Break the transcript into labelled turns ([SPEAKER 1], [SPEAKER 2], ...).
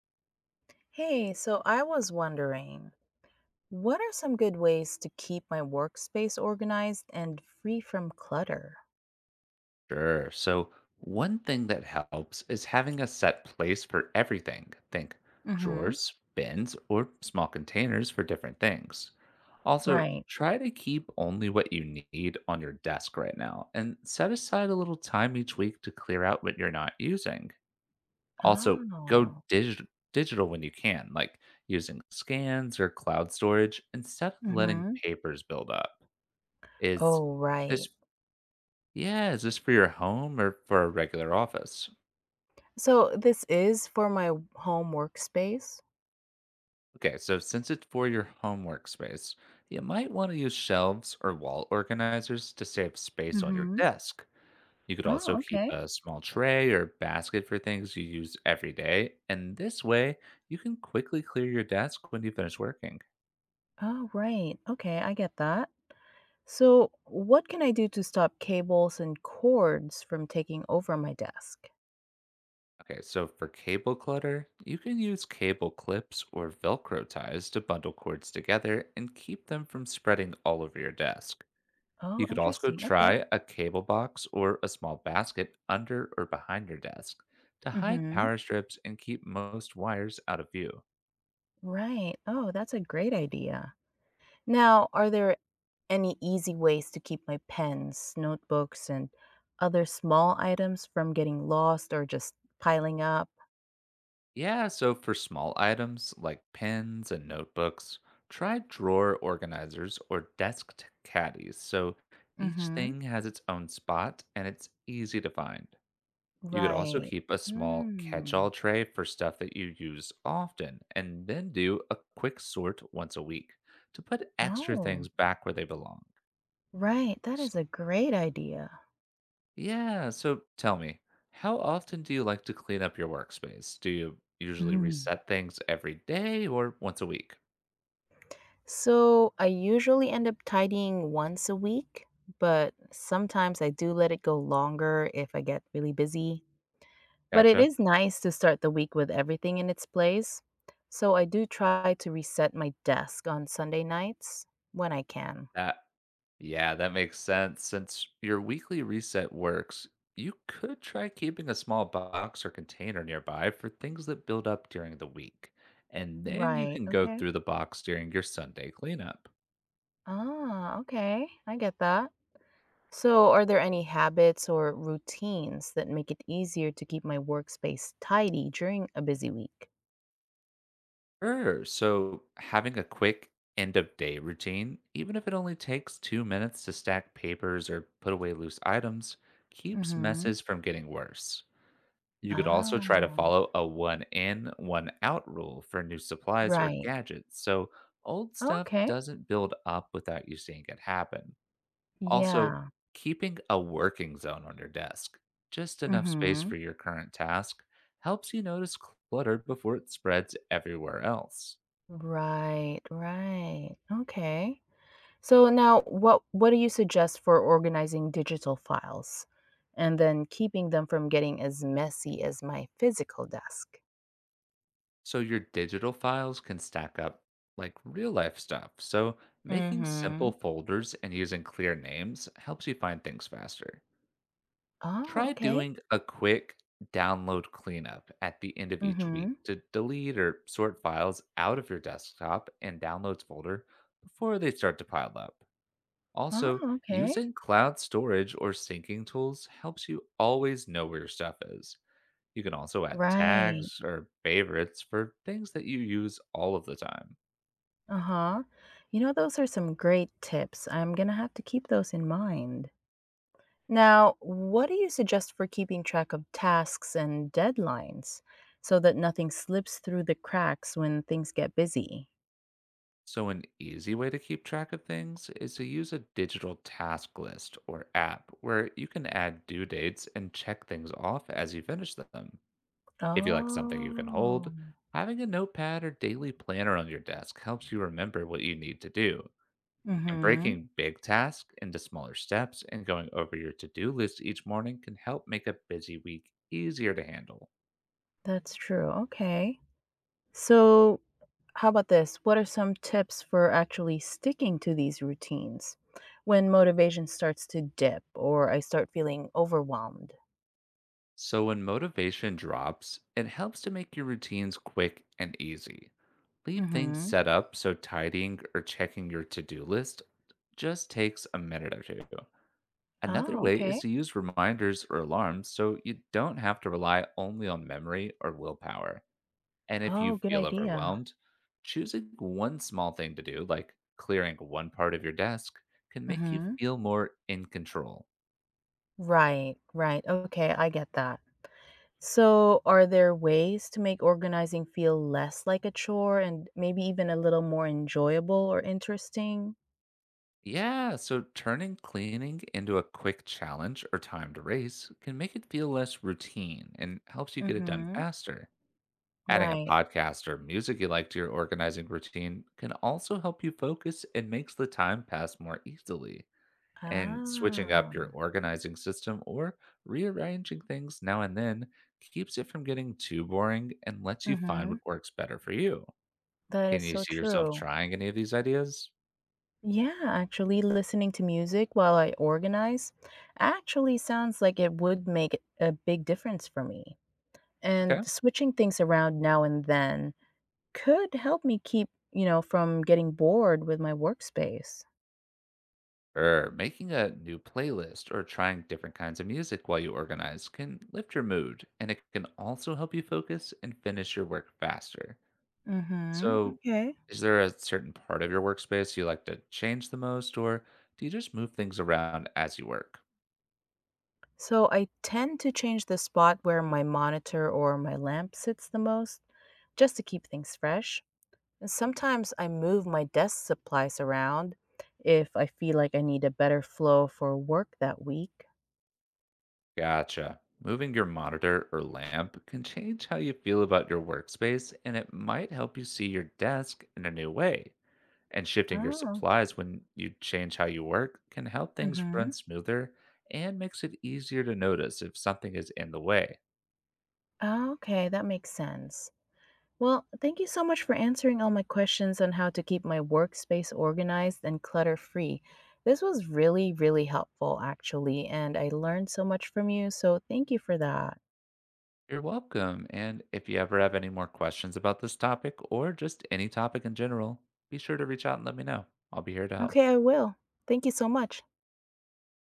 [SPEAKER 1] Hey, so I was wondering, what are some good ways to keep my workspace organized and free from clutter?
[SPEAKER 2] Sure. So, one thing that helps is having a set place for everything. Think
[SPEAKER 1] Mm-hmm.
[SPEAKER 2] drawers, bins, or small containers for different things. Also,
[SPEAKER 1] Right.
[SPEAKER 2] try to keep only what you need on your desk right now, and set aside a little time each week to clear out what you're not using. Also, go
[SPEAKER 1] Oh.
[SPEAKER 2] digital when you can, like using scans or cloud storage instead of letting
[SPEAKER 1] Mm-hmm.
[SPEAKER 2] papers build up. Is
[SPEAKER 1] Oh,
[SPEAKER 2] this
[SPEAKER 1] right.
[SPEAKER 2] yeah, is this for your home or for a regular office?
[SPEAKER 1] So this is for my home workspace?
[SPEAKER 2] Okay, so since it's for your home workspace, you might want to use shelves or wall organizers to save space on your
[SPEAKER 1] Mm-hmm.
[SPEAKER 2] desk. You could also
[SPEAKER 1] Oh,
[SPEAKER 2] keep
[SPEAKER 1] okay.
[SPEAKER 2] a small tray or basket for things you use every day, and this way you can quickly clear your desk when you finish working.
[SPEAKER 1] Oh, right. Okay, I get that. So what can I do to stop cables and cords from taking over my desk?
[SPEAKER 2] Okay, so for cable clutter, you can use cable clips or Velcro ties to bundle cords together and keep them from spreading all over your desk. You
[SPEAKER 1] Oh,
[SPEAKER 2] could also
[SPEAKER 1] interesting. Okay.
[SPEAKER 2] try a cable box or a small basket under or behind your desk to hide
[SPEAKER 1] Mm-hmm.
[SPEAKER 2] power strips and keep most wires out of view.
[SPEAKER 1] Right. Oh, that's a great idea. Now, are there any easy ways to keep my pens, notebooks, and other small items from getting lost or just piling up?
[SPEAKER 2] Yeah, so for small items like pens and notebooks, try drawer organizers or desk caddies, so each
[SPEAKER 1] Mm-hmm.
[SPEAKER 2] thing has its own spot and it's easy to find. You could also
[SPEAKER 1] Right.
[SPEAKER 2] keep a small catch all
[SPEAKER 1] Mm.
[SPEAKER 2] tray for stuff that you use often, and then do a quick sort once a week to put extra
[SPEAKER 1] Oh,
[SPEAKER 2] things back where they belong.
[SPEAKER 1] right. That
[SPEAKER 2] S-
[SPEAKER 1] is a great idea.
[SPEAKER 2] Yeah, so tell me, how often do you like to clean up your workspace? Do you usually
[SPEAKER 1] Mm.
[SPEAKER 2] reset things every day or once a week?
[SPEAKER 1] So I usually end up tidying once a week, but sometimes I do let it go longer if I get really busy. But it
[SPEAKER 2] Gotcha.
[SPEAKER 1] is nice to start the week with everything in its place. So I do try to reset my desk on Sunday nights when I can.
[SPEAKER 2] That Yeah, that makes sense. Since your weekly reset works, you could try keeping a small box or container nearby for things that build up during the week. And then you
[SPEAKER 1] Right.
[SPEAKER 2] can go
[SPEAKER 1] Okay.
[SPEAKER 2] through the box during your Sunday cleanup.
[SPEAKER 1] Ah, okay. I get that. So, are there any habits or routines that make it easier to keep my workspace tidy during a busy week?
[SPEAKER 2] Sure. So, having a quick end of day routine, even if it only takes 2 minutes to stack papers or put away loose items, keeps
[SPEAKER 1] Mm-hmm.
[SPEAKER 2] messes from getting worse. You could also
[SPEAKER 1] Ah,
[SPEAKER 2] try to follow a one in, one out rule for new supplies or
[SPEAKER 1] right.
[SPEAKER 2] gadgets, so old stuff
[SPEAKER 1] Okay.
[SPEAKER 2] doesn't build up without you seeing it happen. Also,
[SPEAKER 1] Yeah.
[SPEAKER 2] keeping a working zone on your desk, just enough space
[SPEAKER 1] Mm-hmm.
[SPEAKER 2] for your current task, helps you notice clutter before it spreads everywhere else.
[SPEAKER 1] Right, right. Okay. So now what do you suggest for organizing digital files and then keeping them from getting as messy as my physical desk?
[SPEAKER 2] So your digital files can stack up like real life stuff. So making simple
[SPEAKER 1] Mm-hmm.
[SPEAKER 2] folders and using clear names helps you find things faster.
[SPEAKER 1] Oh,
[SPEAKER 2] Try
[SPEAKER 1] okay.
[SPEAKER 2] doing a quick download cleanup at the end of each week
[SPEAKER 1] Mm-hmm.
[SPEAKER 2] to delete or sort files out of your desktop and downloads folder before they start to pile up.
[SPEAKER 1] Oh,
[SPEAKER 2] Also,
[SPEAKER 1] okay.
[SPEAKER 2] using cloud storage or syncing tools helps you always know where your stuff is. You can also add
[SPEAKER 1] Right.
[SPEAKER 2] tags or favorites for things that you use all of the time.
[SPEAKER 1] Uh-huh. You know, those are some great tips. I'm gonna have to keep those in mind. Now, what do you suggest for keeping track of tasks and deadlines so that nothing slips through the cracks when things get busy?
[SPEAKER 2] So, an easy way to keep track of things is to use a digital task list or app where you can add due dates and check things off as you finish them. If you like something you can
[SPEAKER 1] Oh.
[SPEAKER 2] hold, having a notepad or daily planner on your desk helps you remember what you need to do. And
[SPEAKER 1] Mhm.
[SPEAKER 2] breaking big tasks into smaller steps and going over your to do list each morning can help make a busy week easier to handle.
[SPEAKER 1] That's true. Okay. So, how about this? What are some tips for actually sticking to these routines when motivation starts to dip or I start feeling overwhelmed?
[SPEAKER 2] So, when motivation drops, it helps to make your routines quick and easy. Leave things
[SPEAKER 1] Mhm.
[SPEAKER 2] set up so tidying or checking your to do list just takes a minute or two. Another
[SPEAKER 1] Oh,
[SPEAKER 2] way is
[SPEAKER 1] okay.
[SPEAKER 2] to use reminders or alarms, so you don't have to rely only on memory or willpower. And if you
[SPEAKER 1] Oh, good
[SPEAKER 2] feel
[SPEAKER 1] idea.
[SPEAKER 2] overwhelmed, choosing one small thing to do, like clearing one part of your desk, can make you
[SPEAKER 1] Mhm.
[SPEAKER 2] feel more in control.
[SPEAKER 1] Right, right. Okay, I get that. So, are there ways to make organizing feel less like a chore and maybe even a little more enjoyable or interesting?
[SPEAKER 2] Yeah, so turning cleaning into a quick challenge or timed race can make it feel less routine and helps you get it done
[SPEAKER 1] Mhm.
[SPEAKER 2] faster. Adding a
[SPEAKER 1] Right.
[SPEAKER 2] podcast or music you like to your organizing routine can also help you focus and makes the time pass more easily. And switching up your
[SPEAKER 1] Ah.
[SPEAKER 2] organizing system or rearranging things now and then keeps it from getting too boring and lets you find
[SPEAKER 1] Mhm.
[SPEAKER 2] what works better for you.
[SPEAKER 1] That
[SPEAKER 2] Can
[SPEAKER 1] is
[SPEAKER 2] you
[SPEAKER 1] so
[SPEAKER 2] see yourself
[SPEAKER 1] true.
[SPEAKER 2] trying any of these ideas?
[SPEAKER 1] Yeah, actually, listening to music while I organize actually sounds like it would make a big difference for me.
[SPEAKER 2] Okay.
[SPEAKER 1] And switching things around now and then could help me keep from getting bored with my workspace.
[SPEAKER 2] Or making a new playlist or trying different kinds of music while you organize can lift your mood, and it can also help you focus and finish your work faster.
[SPEAKER 1] Mhm.
[SPEAKER 2] So,
[SPEAKER 1] Okay.
[SPEAKER 2] is there a certain part of your workspace you like to change the most, or do you just move things around as you work?
[SPEAKER 1] So I tend to change the spot where my monitor or my lamp sits the most just to keep things fresh. And
[SPEAKER 2] Mhm.
[SPEAKER 1] sometimes I move my desk supplies around if I feel like I need a better flow for work that week.
[SPEAKER 2] Gotcha. Moving your monitor or lamp can change how you feel about your workspace, and it might help you see your desk in a new way. And shifting your
[SPEAKER 1] Oh.
[SPEAKER 2] supplies when you change how you work can help things
[SPEAKER 1] Mm-hmm.
[SPEAKER 2] run smoother and makes it easier to notice if something is in the way.
[SPEAKER 1] Okay, that makes sense. Well, thank you so much for answering all my questions on how to keep my workspace organized and clutter free. This was really, really helpful, actually, and I learned so much from you. So thank you for that.
[SPEAKER 2] You're welcome. And if you ever have any more questions about this topic, or just any topic in general, be sure to reach out and let me know. I'll be here to help.
[SPEAKER 1] Okay, I will. Thank you so much.